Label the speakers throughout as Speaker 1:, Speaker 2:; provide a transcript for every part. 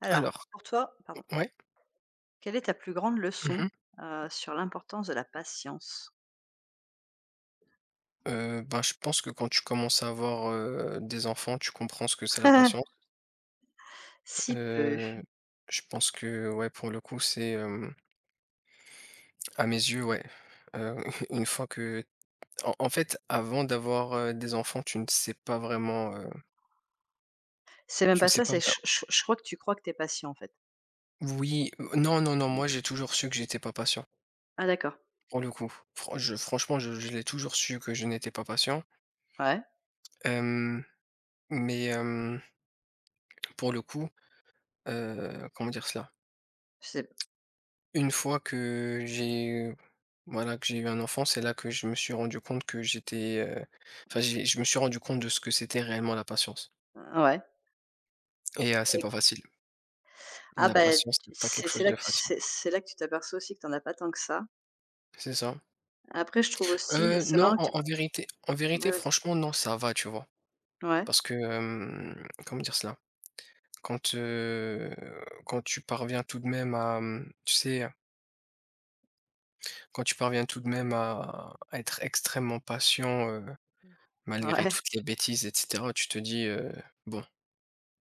Speaker 1: Alors,
Speaker 2: Alors,
Speaker 1: pour toi, pardon,
Speaker 2: ouais,
Speaker 1: quelle est ta plus grande
Speaker 2: mmh
Speaker 1: leçon,
Speaker 2: mh,
Speaker 1: sur l'importance de la patience?
Speaker 2: ben, je pense que quand tu commences à avoir, des enfants, tu comprends ce que c'est la patience.
Speaker 1: Si peu.
Speaker 2: Heu, je pense que, ouais, pour le coup, c'est, à mes yeux, ouais, heu, une fois que en en fait, avant d'avoir, des enfants, tu ne sais pas vraiment.
Speaker 1: C'est même
Speaker 2: Tu ne
Speaker 1: pas
Speaker 2: sais
Speaker 1: ça,
Speaker 2: pas
Speaker 1: c'est
Speaker 2: vra
Speaker 1: je crois que tu crois que t'es patient, en fait.
Speaker 2: Oui, non, non, non, moi, j'ai toujours su que j'étais pas patient,
Speaker 1: Ah d'accord,
Speaker 2: pour le coup. Franchement, je l'ai toujours su que je n'étais pas patient.
Speaker 1: ouais,
Speaker 2: Hem, mais, hem, pour le coup, comment dire cela?
Speaker 1: c'est
Speaker 2: Une fois que j'ai Voilà, que j'ai eu un enfant, c'est là que je me suis rendu compte que j'étais, enfin j'ai je me suis rendu compte de ce que c'était réellement la patience
Speaker 1: ouais
Speaker 2: et c'est
Speaker 1: et
Speaker 2: pas facile.
Speaker 1: ah
Speaker 2: La
Speaker 1: ben,
Speaker 2: patience, c'est pas quelque chose de facile.
Speaker 1: c'est là que tu t'aperçois aussi que t'en as pas tant que ça.
Speaker 2: C'est ça.
Speaker 1: Après je trouve aussi c'est
Speaker 2: Non,
Speaker 1: marrant que tu
Speaker 2: en
Speaker 1: p
Speaker 2: en vérité en
Speaker 1: ouais,
Speaker 2: vérité,
Speaker 1: vas-y.
Speaker 2: franchement, non, ça va, tu vois?
Speaker 1: Ouais,
Speaker 2: Parce que, comment dire cela? Quand, heu, quand tu parviens tout de même à, tu sais, quand tu parviens tout de même à être extrêmement patient, malgré
Speaker 1: ouais,
Speaker 2: toutes les bêtises et cetera, tu te dis, «Bon».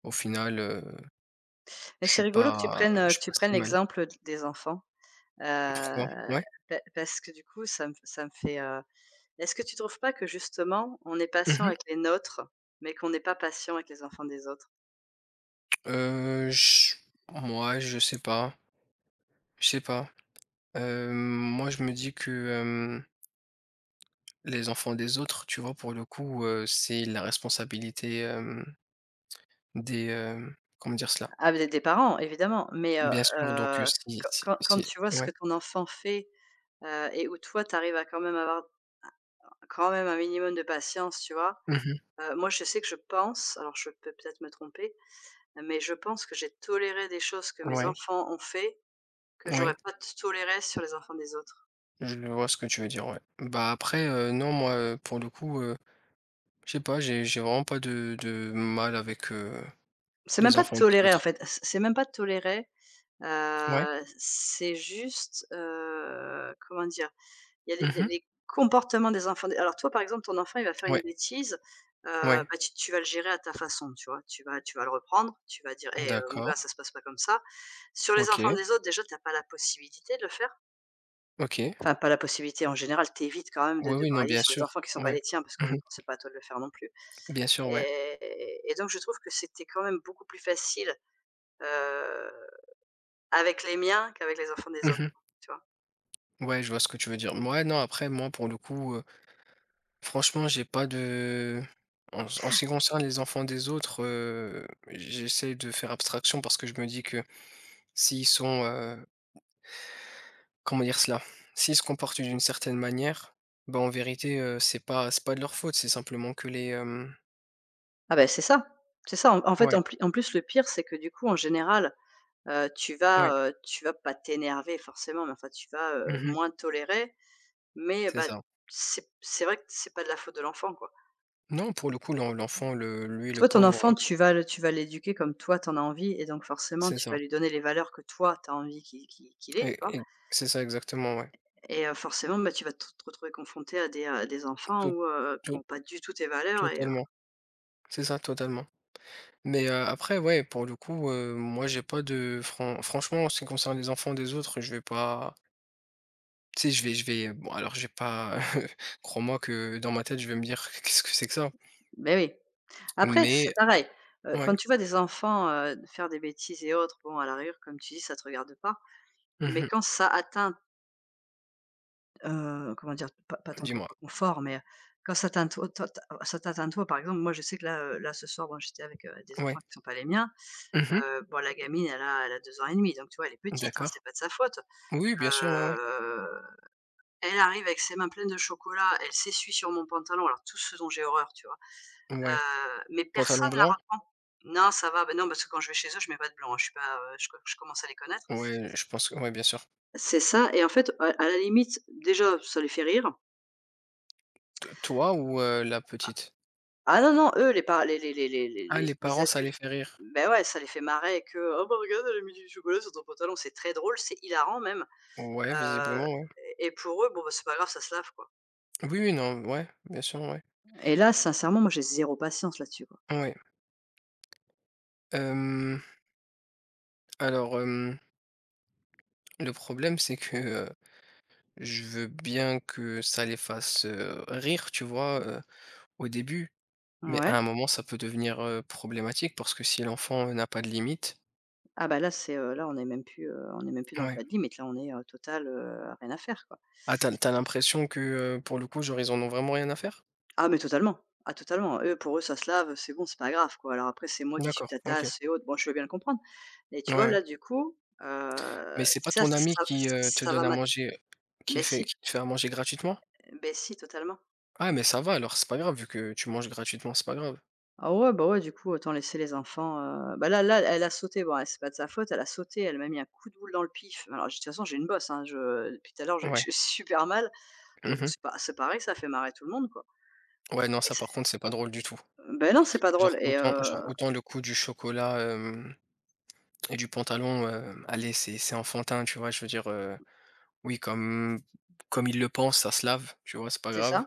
Speaker 2: Au final, heu,
Speaker 1: mais
Speaker 2: je
Speaker 1: c'est
Speaker 2: suis
Speaker 1: rigolo que tu
Speaker 2: pas
Speaker 1: prennes, heu,
Speaker 2: je
Speaker 1: que
Speaker 2: suis
Speaker 1: tu
Speaker 2: pas si
Speaker 1: prennes
Speaker 2: mal.
Speaker 1: l'exemple d des enfants, heu,
Speaker 2: Pourquoi? Ouais.
Speaker 1: pa parce que du coup ça me fait Est-ce que tu trouves pas que justement, on est
Speaker 2: Mmh
Speaker 1: patient
Speaker 2: mh.
Speaker 1: avec les nôtres, mais qu'on n'est pas patient avec les enfants des autres?
Speaker 2: Je Mouais, je sais pas, je sais pas. Moi, je me dis que, les enfants des autres, tu vois, pour le coup, c'est la responsabilité, des, comment dire cela?
Speaker 1: Ah des parents évidemment
Speaker 2: Bien sûr, donc
Speaker 1: heu,
Speaker 2: si,
Speaker 1: quand
Speaker 2: si,
Speaker 1: quand quand
Speaker 2: si,
Speaker 1: tu vois ce que
Speaker 2: ouais.
Speaker 1: ton enfant fait, et où toi tu arrives à quand même avoir quand même un minimum de patience, tu vois?
Speaker 2: Mmh.
Speaker 1: Moi je sais que je pense, alors je peux peut-être me tromper, mais je pense que j'ai toléré des choses que mes
Speaker 2: Ouais,
Speaker 1: enfants ont fait, que
Speaker 2: ouais,
Speaker 1: j'aurais pas t toléré sur les enfants des autres.
Speaker 2: je vois ce que tu veux dire, ouais. Bah, après, non, moi, pour le coup, je sais pas, j'ai vraiment pas de mal avec,
Speaker 1: C'est même
Speaker 2: les
Speaker 1: pas
Speaker 2: enfants des
Speaker 1: tolérer en
Speaker 2: autres.
Speaker 1: fait, c'est même pas tolérer.
Speaker 2: Ouais.
Speaker 1: C'est juste, comment dire? Il y a les les
Speaker 2: Mmh.
Speaker 1: les comportements des enfants alors toi, par exemple, ton enfant, il va faire une
Speaker 2: Ouais,
Speaker 1: bêtise,
Speaker 2: ouais.
Speaker 1: bah, tu vas le gérer à ta façon, tu vois? Tu vas le reprendre, tu vas dire: «Hé, mon
Speaker 2: D'accord.
Speaker 1: gars, ça se passe pas comme ça». Sur les enfants
Speaker 2: OK,
Speaker 1: des autres, déjà, t'as pas la possibilité de le faire.
Speaker 2: OK.
Speaker 1: Enfin, pas la possibilité, en général, t'évites quand même de
Speaker 2: Oui,
Speaker 1: de
Speaker 2: oui, non,
Speaker 1: brailler
Speaker 2: bien
Speaker 1: sur les
Speaker 2: sûr.
Speaker 1: enfants qui sont pas
Speaker 2: Ouais.
Speaker 1: les tiens parce qu'on ne
Speaker 2: Mmh.
Speaker 1: temps, pas à toi de le faire non plus,
Speaker 2: Bien sûr, ouais.
Speaker 1: et donc je trouve que c'était quand même beaucoup plus facile, heu, avec les miens qu'avec les enfants des autres,
Speaker 2: Mmh.
Speaker 1: tu vois?
Speaker 2: Ouais, je vois ce que tu veux dire. Moi, non, après, moi, pour le coup, franchement, j'ai pas de en ce qui concerne les enfants des autres, j'essaie de faire abstraction parce que je me dis que s'ils sont, comment dire cela? S'ils se comportent d'une certaine manière, bah, en vérité, c'est pas de leur faute, c'est simplement que les, hem
Speaker 1: Ah ben c'est ça, c'est ça. En fait,
Speaker 2: ouais,
Speaker 1: en plus, le pire, c'est que du coup, en général, heu, tu
Speaker 2: ouais.
Speaker 1: vas, heu, tu vas pas t'énerver forcément, mais enfin, tu vas,
Speaker 2: Mmh.
Speaker 1: moins tolérer, mais
Speaker 2: C'est
Speaker 1: bah,
Speaker 2: ça.
Speaker 1: c'est vrai que c'est pas de la faute de l'enfant, quoi.
Speaker 2: Non, pour le coup, l'enfant, le lui, le
Speaker 1: Toi, ton
Speaker 2: pauvre,
Speaker 1: enfant, tu vas l'éduquer comme toi, t'en as envie et donc forcément,
Speaker 2: c'est
Speaker 1: tu vas
Speaker 2: ça.
Speaker 1: lui donner les valeurs que toi, t'as envie qu'il ait, tu vois?
Speaker 2: Et c'est ça exactement, ouais.
Speaker 1: Et forcément, bah, tu vas te retrouver confronté à des enfants
Speaker 2: tout
Speaker 1: où, qui
Speaker 2: tot
Speaker 1: n'ont pas du tout tes valeurs
Speaker 2: totalement. C'est ça, totalement. Mais, après, ouais, pour le coup, moi, j'ai pas de franchement, en ce qui concerne les enfants des autres, je vais pas tu sais, je vais bon, alors j'ai pas crois-moi que dans ma tête, je vais me dire: «Qu'est-ce que c'est que ça?»
Speaker 1: beh, oui. Après, c'est
Speaker 2: mais
Speaker 1: pareil,
Speaker 2: ouais.
Speaker 1: quand tu vois des enfants, faire des bêtises et autres, bon, à la rigueur, comme tu dis, ça te regarde pas. Mais
Speaker 2: Mmh.
Speaker 1: quand ça atteint, comment dire? Pas ton
Speaker 2: Dis-moi.
Speaker 1: propre confort, mais quand ça atteint toi toi ta ça t'atteint toi, par exemple, moi, je sais que là, ce soir, bon, j'étais avec, des
Speaker 2: Ouais.
Speaker 1: enfants qui sont pas les miens.
Speaker 2: Mmh.
Speaker 1: Bon, la gamine, elle a 2 ans et demi, donc tu vois, elle est petite, hein, c'est
Speaker 2: D'accord.
Speaker 1: pas de sa faute.
Speaker 2: Oui, bien sûr, ouais, ouais.
Speaker 1: Heu, Elle arrive avec ses mains pleines de chocolat, elle s'essuie sur mon pantalon, alors tout ce dont j'ai horreur, tu vois?
Speaker 2: Ouais.
Speaker 1: Mais
Speaker 2: Pantalon
Speaker 1: personne la
Speaker 2: blanc?
Speaker 1: reprend. Non, ça va, ben non, parce que quand je vais chez eux, je mets pas de blanc, hein, je suis pas, je commence à les connaître.
Speaker 2: Ouais, je pense que ouais, bien sûr.
Speaker 1: C'est ça et en fait, à la limite, déjà, ça les fait rire.
Speaker 2: T toi ou, la petite?
Speaker 1: Ah non, non, eux, les les les les les
Speaker 2: Ah,
Speaker 1: les
Speaker 2: les
Speaker 1: les
Speaker 2: parents, ça les
Speaker 1: adultes,
Speaker 2: fait rire?
Speaker 1: ben ouais, ça les fait marrer que: «Ah bah, regarde, elle a mis du chocolat sur ton pantalon». C'est très drôle, c'est hilarant même,
Speaker 2: Ouais,
Speaker 1: heu
Speaker 2: visiblement, ouais.
Speaker 1: et pour eux, bon, bah, c'est pas grave, ça se lave, quoi.
Speaker 2: Oui, oui, non, ouais, bien sûr, ouais.
Speaker 1: Et là, sincèrement, moi, j'ai zéro patience là-dessus, quoi.
Speaker 2: Ouais. Hem, alors, hem, le problème, c'est que, je veux bien que ça les fasse, rire, tu vois, au début, mais
Speaker 1: Ouais.
Speaker 2: à un moment, ça peut devenir, problématique parce que si l'enfant, n'a pas de limite
Speaker 1: Ah bah, là, là, on est même plus dans le
Speaker 2: ouais.
Speaker 1: pas de limite, là, on est, total, rien à faire, quoi.
Speaker 2: Ah, t'as l'impression que, pour le coup, genre, ils en ont vraiment rien à faire?
Speaker 1: Ah mais totalement. Ah totalement. Eux, pour eux, ça se lave, c'est bon, c'est pas grave, quoi. Alors après, c'est moi qui suis
Speaker 2: D'accord,
Speaker 1: ta
Speaker 2: OK.
Speaker 1: tasse et autres. Bon, je veux bien le comprendre. Mais tu
Speaker 2: Ouais,
Speaker 1: vois,
Speaker 2: ouais.
Speaker 1: là, du coup,
Speaker 2: Mais c'est pas
Speaker 1: ça
Speaker 2: ton ami
Speaker 1: ça
Speaker 2: qui, te
Speaker 1: ça va
Speaker 2: donne à
Speaker 1: m'a
Speaker 2: manger,
Speaker 1: mais si,
Speaker 2: qui te fait à manger gratuitement?
Speaker 1: mais si, totalement.
Speaker 2: Ah mais ça va alors, c'est pas grave vu que tu manges gratuitement, c'est pas grave.
Speaker 1: Ah ouais, bah ouais, du coup, autant laisser les enfants, elle a sauté. Bon, elle c'est pas de sa faute, elle a sauté, elle m'a mis un coup de boule dans le pif. Alors de toute façon, j'ai une bosse, hein, je depuis tout à l'heure, j'ai
Speaker 2: Ouais.
Speaker 1: j'ai super mal. Bon, bah,
Speaker 2: Mmh.
Speaker 1: c'est pas c'est pareil, ça fait marrer tout le monde, quoi.
Speaker 2: Ouais, non,
Speaker 1: Et
Speaker 2: ça
Speaker 1: c'est
Speaker 2: par contre, c'est pas drôle du tout.
Speaker 1: Beh non, c'est pas drôle
Speaker 2: Genre autant genre autant le coût du chocolat, hem et du pantalon, allez, c'est enfantin, tu vois? Je veux dire, oui, comme il le pense ça se lave, tu vois? C'est pas
Speaker 1: c'est
Speaker 2: grave.
Speaker 1: ça,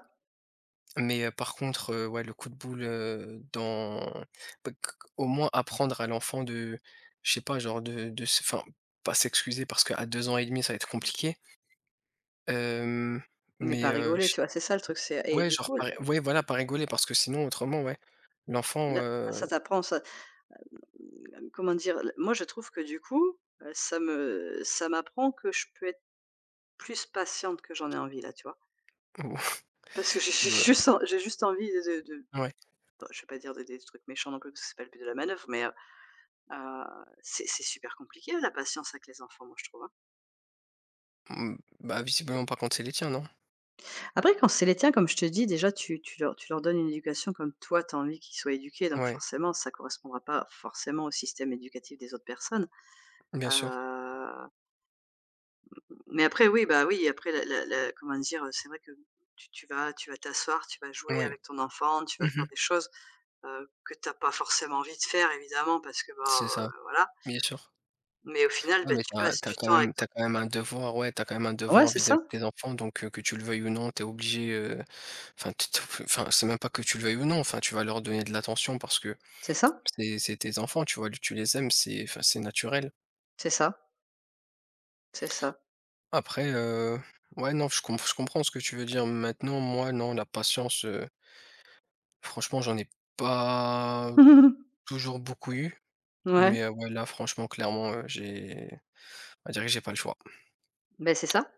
Speaker 2: Mais, par contre, ouais, le coup de boule, dans bah, q au moins apprendre à l'enfant de je sais pas, genre de se enfin, pas s'excuser parce qu'à 2 ans et demi ça va être compliqué, hem,
Speaker 1: mais
Speaker 2: mais,
Speaker 1: pas rigoler, tu vois? C'est ça le truc, c'est et
Speaker 2: ouais,
Speaker 1: du
Speaker 2: genre
Speaker 1: coup
Speaker 2: pas ré ouais, voilà, pas rigoler parce que sinon autrement, ouais, l'enfant,
Speaker 1: là, ah, ça t'apprend ça mmh, comment dire? Moi, je trouve que du coup, ça m'apprend que je peux être plus patiente que j'en ai envie là, tu vois? Parce que j'ai j'ai
Speaker 2: le
Speaker 1: juste en j'ai juste envie de
Speaker 2: ouais,
Speaker 1: bah, je vais pas dire de des trucs méchants non plus parce que c'est pas le but de la manœuvre, mais, heu, c'est super compliqué la patience avec les enfants, moi, je trouve, hein.
Speaker 2: mmh, bah, visiblement pas quand c'est les tiens, non?
Speaker 1: Après quand c'est les tiens, comme je te dis, déjà tu leur donnes une éducation comme toi, tu as envie qu'ils soient éduqués, donc
Speaker 2: Ouais,
Speaker 1: forcément ça correspondra pas forcément au système éducatif des autres personnes,
Speaker 2: bien sûr,
Speaker 1: heu Mais après oui, bah, oui, après la la la comment dire? C'est vrai que tu vas t'asseoir, tu vas jouer
Speaker 2: ouais.
Speaker 1: avec ton enfant, tu vas faire
Speaker 2: Mmh.
Speaker 1: des choses, que t'as pas forcément envie de faire évidemment parce que, bah,
Speaker 2: C'est ça,
Speaker 1: voilà.
Speaker 2: bien sûr.
Speaker 1: Mais au final,
Speaker 2: Ouais,
Speaker 1: bah,
Speaker 2: mais
Speaker 1: tu
Speaker 2: t'as
Speaker 1: passes
Speaker 2: as
Speaker 1: du
Speaker 2: quand
Speaker 1: temps avec
Speaker 2: même
Speaker 1: ton
Speaker 2: t'as quand même un devoir, ouais, t'as quand même un
Speaker 1: ouais,
Speaker 2: devoir
Speaker 1: c'est ça,
Speaker 2: vis-à-vis de tes enfants donc que tu le veuilles ou non, t'es obligé, enfin tu enfin, c'est même pas que tu le veuilles ou non, enfin, tu vas leur donner de l'attention parce que
Speaker 1: c'est ça,
Speaker 2: c'est tes enfants, tu vois? Tu les aimes, c'est enfin, c'est naturel.
Speaker 1: c'est ça, c'est ça.
Speaker 2: Après, ouais, non, je comprends ce que tu veux dire. Maintenant, moi, non, la patience, franchement, j'en ai pas toujours beaucoup eu,
Speaker 1: Ouais,
Speaker 2: mais ouais, là, franchement, clairement, j'ai on va dire que j'ai pas le choix.
Speaker 1: ben c'est ça,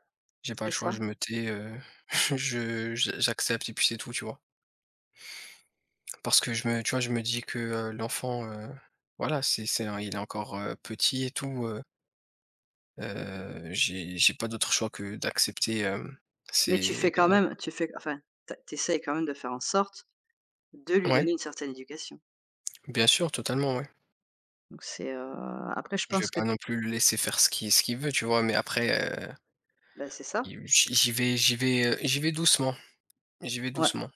Speaker 2: J'ai pas le
Speaker 1: c'est
Speaker 2: choix,
Speaker 1: ça.
Speaker 2: je me tais, je j'accepte et puis c'est tout, tu vois? Parce que je me tu vois, je me dis que, l'enfant, voilà, c'est un il est encore, petit et tout, j'ai pas d'autre choix que d'accepter,
Speaker 1: Mais tu
Speaker 2: c'est
Speaker 1: fais quand même tu fais enfin, tu as quand même de faire en sorte de lui
Speaker 2: ouais,
Speaker 1: donner une certaine éducation.
Speaker 2: bien sûr, totalement, ouais.
Speaker 1: Donc c'est, après je
Speaker 2: Je vais
Speaker 1: pense que
Speaker 2: pas
Speaker 1: tu
Speaker 2: non plus le laisser faire ce qu'il veut, tu vois? Mais après, heu,
Speaker 1: bah, c'est ça.
Speaker 2: i j'y j'y vais j'y vais, j'y vais doucement, j'y vais
Speaker 1: Ouais.
Speaker 2: doucement.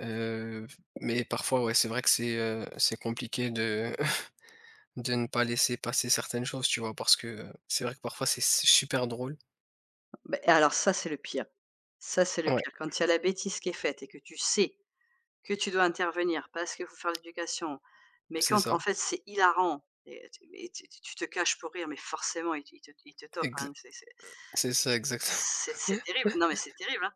Speaker 2: Heu, mais parfois, ouais, c'est vrai que c'est compliqué de de ne pas laisser passer certaines choses, tu vois? Parce que, c'est vrai que parfois c'est super drôle.
Speaker 1: Beh, alors ça, c'est le pire. Ça, c'est le
Speaker 2: Ouais,
Speaker 1: pire. Quand il y a la bêtise qui est faite et que tu sais que tu dois intervenir parce qu'il faut faire l'éducation, mais
Speaker 2: c'est
Speaker 1: quand en
Speaker 2: ça,
Speaker 1: fait c'est hilarant et tu mais tu tu tu te caches pour rire, mais forcément ils te topent,
Speaker 2: exa
Speaker 1: hein. C'est c'est
Speaker 2: c'est ça exactement,
Speaker 1: c'est c'est terrible. Non, mais c'est terrible, hein.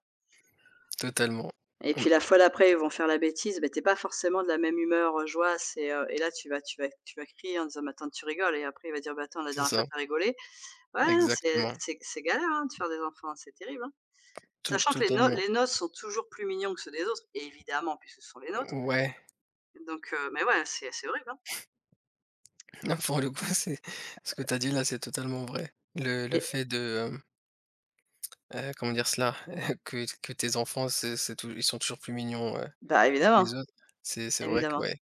Speaker 2: totalement.
Speaker 1: Et
Speaker 2: Mmh,
Speaker 1: puis la fois d'après, ils vont faire la bêtise, mais t'es pas forcément de la même humeur, joie, et là tu vas crier en disant: «Mais attends, tu rigoles» et après il va dire: «Bah, attends, la
Speaker 2: c'est
Speaker 1: dernière fois
Speaker 2: ça,
Speaker 1: t'as rigolé». Ouais, c'est
Speaker 2: exactement,
Speaker 1: c'est c'est galère, hein, de faire des enfants, c'est terrible, hein.
Speaker 2: to
Speaker 1: Sachant que les no
Speaker 2: totalement.
Speaker 1: les nôtres sont toujours plus mignons que ceux des autres, et évidemment, puisque ce sont les nôtres.
Speaker 2: Ouais,
Speaker 1: Donc mais ouais, c'est horrible, hein?
Speaker 2: non, pour le coup, c'est ce que tu as dit là, c'est totalement vrai. Le
Speaker 1: Et
Speaker 2: fait de, hem comment dire cela? Que tes enfants, c'est tou ils sont toujours plus mignons,
Speaker 1: bah,
Speaker 2: que
Speaker 1: évidemment,
Speaker 2: les autres. C'est vrai que
Speaker 1: évidemment.
Speaker 2: ouais,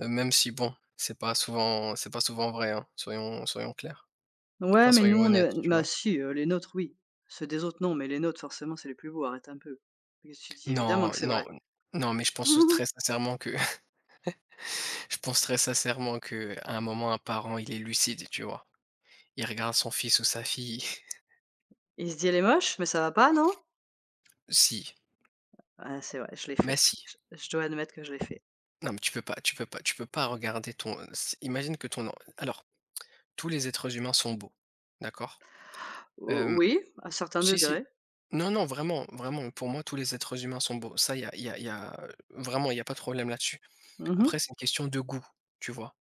Speaker 2: même si bon, c'est pas souvent vrai, hein, soyons clairs. Enfin,
Speaker 1: Ouais, mais nous,
Speaker 2: soyons
Speaker 1: on
Speaker 2: honnêtes,
Speaker 1: est
Speaker 2: tu
Speaker 1: bah,
Speaker 2: vois?
Speaker 1: si, les nôtres, oui. Ceux des autres, non, mais les nôtres, forcément, c'est les plus beaux, arrête un peu. Qu'est-ce que tu dis? Évidemment
Speaker 2: Non,
Speaker 1: que c'est
Speaker 2: non,
Speaker 1: vrai.
Speaker 2: non, mais je pense très sincèrement que je pense très sincèrement que à un moment, un parent, il est lucide, tu vois? Il regarde son fils ou sa fille
Speaker 1: Il se dit: «Elle est moche, mais ça va pas, non?»
Speaker 2: si,
Speaker 1: Ah, c'est vrai, je l'ai
Speaker 2: mais
Speaker 1: fait.
Speaker 2: si.
Speaker 1: Je dois admettre que je l'ai fait.
Speaker 2: Non, mais tu peux pas tu peux pas tu peux pas regarder ton s imagine que ton en alors tous les êtres humains sont beaux, d'accord?
Speaker 1: O oui, à un certain
Speaker 2: Si, si.
Speaker 1: degré.
Speaker 2: Non, non, vraiment, vraiment, pour moi, tous les êtres humains sont beaux. Ça, il y a, y a- y a- vraiment, il n'y a pas de problème là-dessus.
Speaker 1: Mmh.
Speaker 2: Après, c'est une question de goût, tu vois.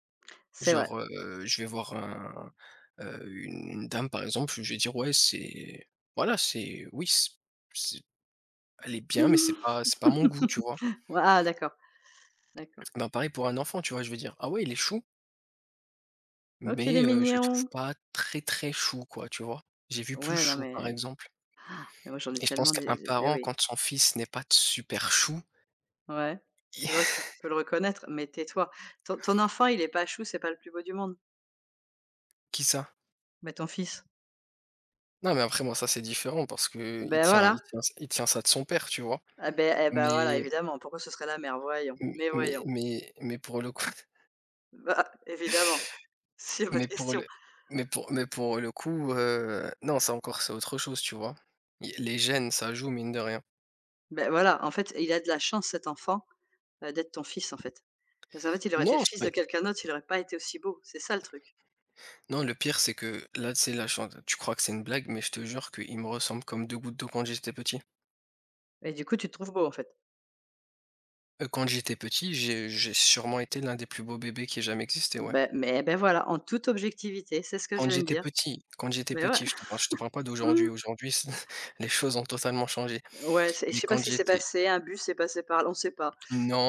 Speaker 1: C'est vrai.
Speaker 2: Genre, je vais voir une dame, par exemple, je vais dire, ouais, c'est. Voilà, c'est. Oui, c'est- elle est bien, mais c'est pas mon goût, tu vois.
Speaker 1: Ouais, ah d'accord, d'accord.
Speaker 2: Ben, pareil pour un enfant, tu vois, je vais dire, ah ouais, il est chou,
Speaker 1: Ok, qu'il est
Speaker 2: mais je le trouve
Speaker 1: mignon!»
Speaker 2: pas très, très chou, quoi, tu vois. J'ai vu plus
Speaker 1: Ouais, non
Speaker 2: chou, par
Speaker 1: mais
Speaker 2: exemple.
Speaker 1: Mais moi, j'en ai
Speaker 2: Et je pense
Speaker 1: tellement
Speaker 2: qu'un
Speaker 1: des et
Speaker 2: parent,
Speaker 1: oui,
Speaker 2: quand son fils n'est pas super chou,
Speaker 1: ouais. Tu vois que tu peux le reconnaître, mais tais-toi. Ton enfant, il est pas chou, c'est pas le plus beau du monde.
Speaker 2: qui ça.
Speaker 1: Mais ton fils,
Speaker 2: Non, mais après moi ça c'est différent parce que il
Speaker 1: ben
Speaker 2: tient
Speaker 1: voilà,
Speaker 2: il tient il tient ça de son père, tu vois?
Speaker 1: ah ben eh bah, voilà,
Speaker 2: Mais
Speaker 1: évidemment, pourquoi ce serait la mère? Voyons, mais
Speaker 2: mais
Speaker 1: voyons.
Speaker 2: mais mais pour le coup
Speaker 1: Bah, évidemment, c'est pas de
Speaker 2: mais pour
Speaker 1: question.
Speaker 2: le mais pour le coup, non ça encore c'est autre chose, tu vois? Il Les gènes ça joue mine de rien.
Speaker 1: Ben voilà, en fait, il a de la chance cet enfant, d'être ton fils, en fait. Parce qu'en fait, il aurait été le
Speaker 2: Non, c'est
Speaker 1: fils de
Speaker 2: pas
Speaker 1: quelqu'un d'autre, il aurait pas été aussi beau, c'est ça le truc.
Speaker 2: non le pire c'est que là tu sais là je tu crois que c'est une blague mais je te jure qu'il me ressemble comme 2 gouttes d'eau quand j'étais petit.
Speaker 1: Et du coup, tu te trouves beau, en fait.
Speaker 2: Quand j'étais petit, j'ai sûrement été l'un des plus beaux bébés qui ait jamais existé, ouais.
Speaker 1: Ben mais ben voilà, en toute objectivité, c'est ce que je viens de dire.
Speaker 2: Quand j'étais
Speaker 1: Mais ouais.
Speaker 2: petit, je te parle pas d'aujourd'hui. Aujourd'hui, c les choses ont totalement changé.
Speaker 1: Ouais, c'est je
Speaker 2: Mais
Speaker 1: sais pas
Speaker 2: quand
Speaker 1: ce qui s'est
Speaker 2: j'étais
Speaker 1: passé, un bus s'est passé par là, on sait pas.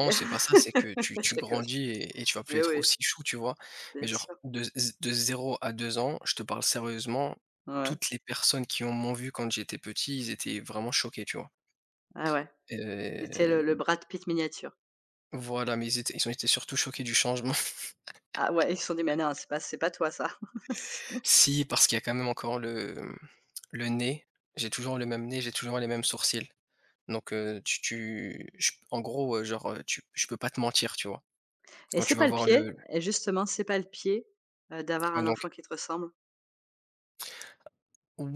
Speaker 1: Mais
Speaker 2: c'est pas ça, c'est que tu
Speaker 1: je
Speaker 2: tu
Speaker 1: rigole.
Speaker 2: grandis et tu vas plus
Speaker 1: Mais
Speaker 2: être
Speaker 1: oui,
Speaker 2: aussi chou, tu vois? Mais
Speaker 1: bien
Speaker 2: genre
Speaker 1: sûr.
Speaker 2: de 0 à 2 ans, je te parle sérieusement,
Speaker 1: Ouais.
Speaker 2: toutes les personnes qui ont m'ont vu quand j'étais petit, ils étaient vraiment choqués, tu vois?
Speaker 1: Ah ouais, c'était le
Speaker 2: Heu,
Speaker 1: Brad Pitt miniature.
Speaker 2: voilà, mais ils ont été surtout choqués du changement.
Speaker 1: Ah ouais, ils se sont dit: «Mais non, c'est pas toi ça». C'est
Speaker 2: Si, parce qu'il y a quand même encore le nez. J'ai toujours le même nez, j'ai toujours les mêmes sourcils. Donc tu tu je en gros, genre, tu je peux pas te mentir, tu vois?
Speaker 1: et
Speaker 2: Quand
Speaker 1: c'est
Speaker 2: tu vas
Speaker 1: pas le
Speaker 2: voir
Speaker 1: pied
Speaker 2: le
Speaker 1: et justement, c'est pas le pied, d'avoir
Speaker 2: ouais
Speaker 1: un
Speaker 2: donc
Speaker 1: enfant qui te ressemble.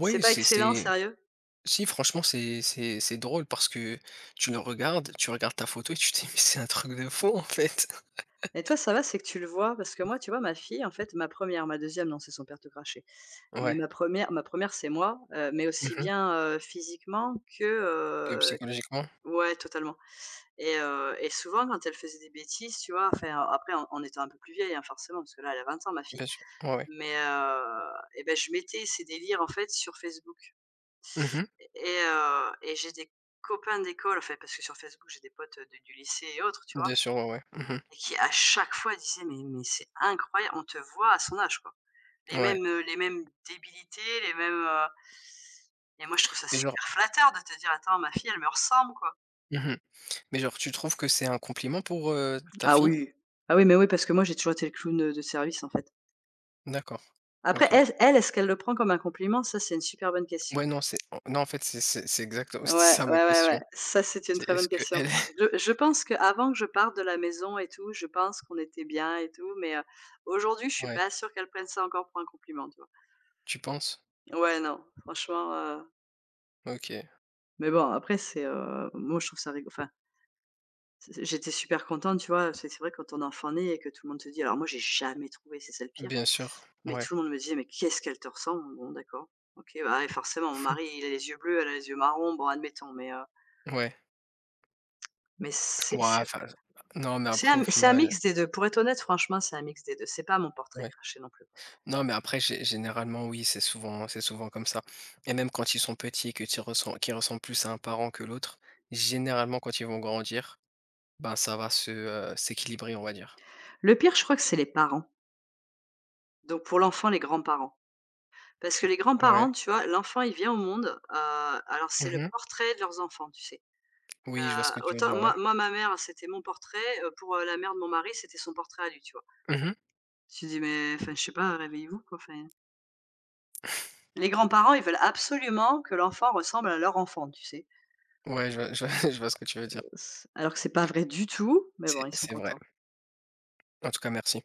Speaker 1: C'est pas excellent,
Speaker 2: c'est
Speaker 1: sérieux
Speaker 2: si franchement, c'est drôle parce que tu le regardes, tu regardes ta photo et tu te dis: «Mais c'est un truc de fou, en fait».
Speaker 1: et toi, ça va, c'est que tu le vois? Parce que moi, tu vois, ma fille, en fait, ma première, ma deuxième, non, c'est son père te cracher. Mais
Speaker 2: Ouais.
Speaker 1: ma première, c'est moi, mais
Speaker 2: Mmh
Speaker 1: aussi
Speaker 2: mh.
Speaker 1: bien, physiquement
Speaker 2: Psychologiquement,
Speaker 1: ouais, totalement. Et souvent quand elle faisait des bêtises, tu vois? Enfin, après en étant un peu plus vieille, hein, forcément, parce que là, elle a 20 ans ma fille.
Speaker 2: bien sûr. Ouais, ouais.
Speaker 1: Mais heu Bah, je mettais ses délires en fait sur Facebook
Speaker 2: Mmh.
Speaker 1: et j'ai des copains d'école, enfin parce que sur Facebook, j'ai des potes, de du lycée et autres, tu vois?
Speaker 2: Bien sûr, ouais, ouais. Mmh.
Speaker 1: Et qui à chaque fois disaient: «Mais c'est incroyable, on te voit à son âge, quoi». Les
Speaker 2: Ouais.
Speaker 1: mêmes, heu, les mêmes débilités. Et moi je trouve ça
Speaker 2: Et genre
Speaker 1: super flatteur de te dire: «Attends, ma fille, elle me ressemble, quoi».
Speaker 2: mmh mais genre tu trouves que c'est un compliment pour, ta
Speaker 1: Ah
Speaker 2: fille?
Speaker 1: oui. Ah oui, mais oui, parce que moi j'ai toujours été le clown, de service en fait.
Speaker 2: D'accord,
Speaker 1: Après
Speaker 2: OK.
Speaker 1: elle, est-ce qu'elle le prend comme un compliment? Ça, c'est une super bonne question.
Speaker 2: Ouais, non, c'est non, en fait, c'est exactement
Speaker 1: Ouais,
Speaker 2: c'était
Speaker 1: ouais,
Speaker 2: ça ma
Speaker 1: ouais,
Speaker 2: question.
Speaker 1: ouais. Ça, c'est une
Speaker 2: C'est
Speaker 1: très
Speaker 2: est-ce
Speaker 1: bonne question.
Speaker 2: qu'elle
Speaker 1: Je pense que avant que je parte de la maison et tout, je pense qu'on était bien et tout, mais, aujourd'hui, je suis
Speaker 2: ouais.
Speaker 1: pas sûre qu'elle prenne ça encore pour un compliment, tu
Speaker 2: Tu penses?
Speaker 1: vois? Ouais, non, franchement,
Speaker 2: OK,
Speaker 1: mais bon, après moi, je trouve ça rigolo. Enfin, c'est j'étais super contente, tu vois? C'est vrai quand ton enfant naît et que tout le monde te dit alors moi, j'ai jamais trouvé, c'est ça le pire.
Speaker 2: bien sûr.
Speaker 1: Mais
Speaker 2: Ouais,
Speaker 1: tout le monde me disait: «Mais qu'est-ce qu'elle te ressemble?» bon d'accord. OK, bah, et forcément, mon mari, il a les yeux bleus, elle a les yeux marrons, bon admettons, mais heu,
Speaker 2: ouais.
Speaker 1: mais c'est
Speaker 2: Ouah,
Speaker 1: c'est
Speaker 2: enfin, non, mais
Speaker 1: c'est
Speaker 2: après au
Speaker 1: un c'est un
Speaker 2: final
Speaker 1: mix des 2. Pour être honnête, franchement, c'est un mix des 2. C'est pas mon portrait
Speaker 2: ouais.
Speaker 1: craché non plus.
Speaker 2: Non, mais après gé généralement oui, c'est souvent comme ça et même quand ils sont petits et que tu ressens qu'ils ressemblent plus à un parent que l'autre, généralement quand ils vont grandir, ben, ça va s'équilibrer, on va dire.
Speaker 1: Le pire, je crois que c'est les parents. Donc pour l'enfant, les grands-parents. Parce que les
Speaker 2: Ouais.
Speaker 1: grands-parents, tu vois, l'enfant, il vient au monde, alors c'est le
Speaker 2: Mmh.
Speaker 1: portrait de leurs enfants, tu sais?
Speaker 2: Oui, je vois ce que tu veux
Speaker 1: Autant
Speaker 2: dire, ouais.
Speaker 1: moi, ma mère, c'était mon portrait, pour, la mère de mon mari, c'était son portrait à lui, tu vois?
Speaker 2: Mmh.
Speaker 1: Tu dis: «Mais enfin, je sais pas, réveillez-vous, quoi, enfin». Les grands-parents, ils veulent absolument que l'enfant ressemble à leur enfant, tu sais?
Speaker 2: Ouais, je vois je vois ce que tu veux dire.
Speaker 1: S Alors que c'est pas vrai du tout, mais bon,
Speaker 2: C'est
Speaker 1: ils sont
Speaker 2: c'est vrai.
Speaker 1: contents.
Speaker 2: En tout cas, merci.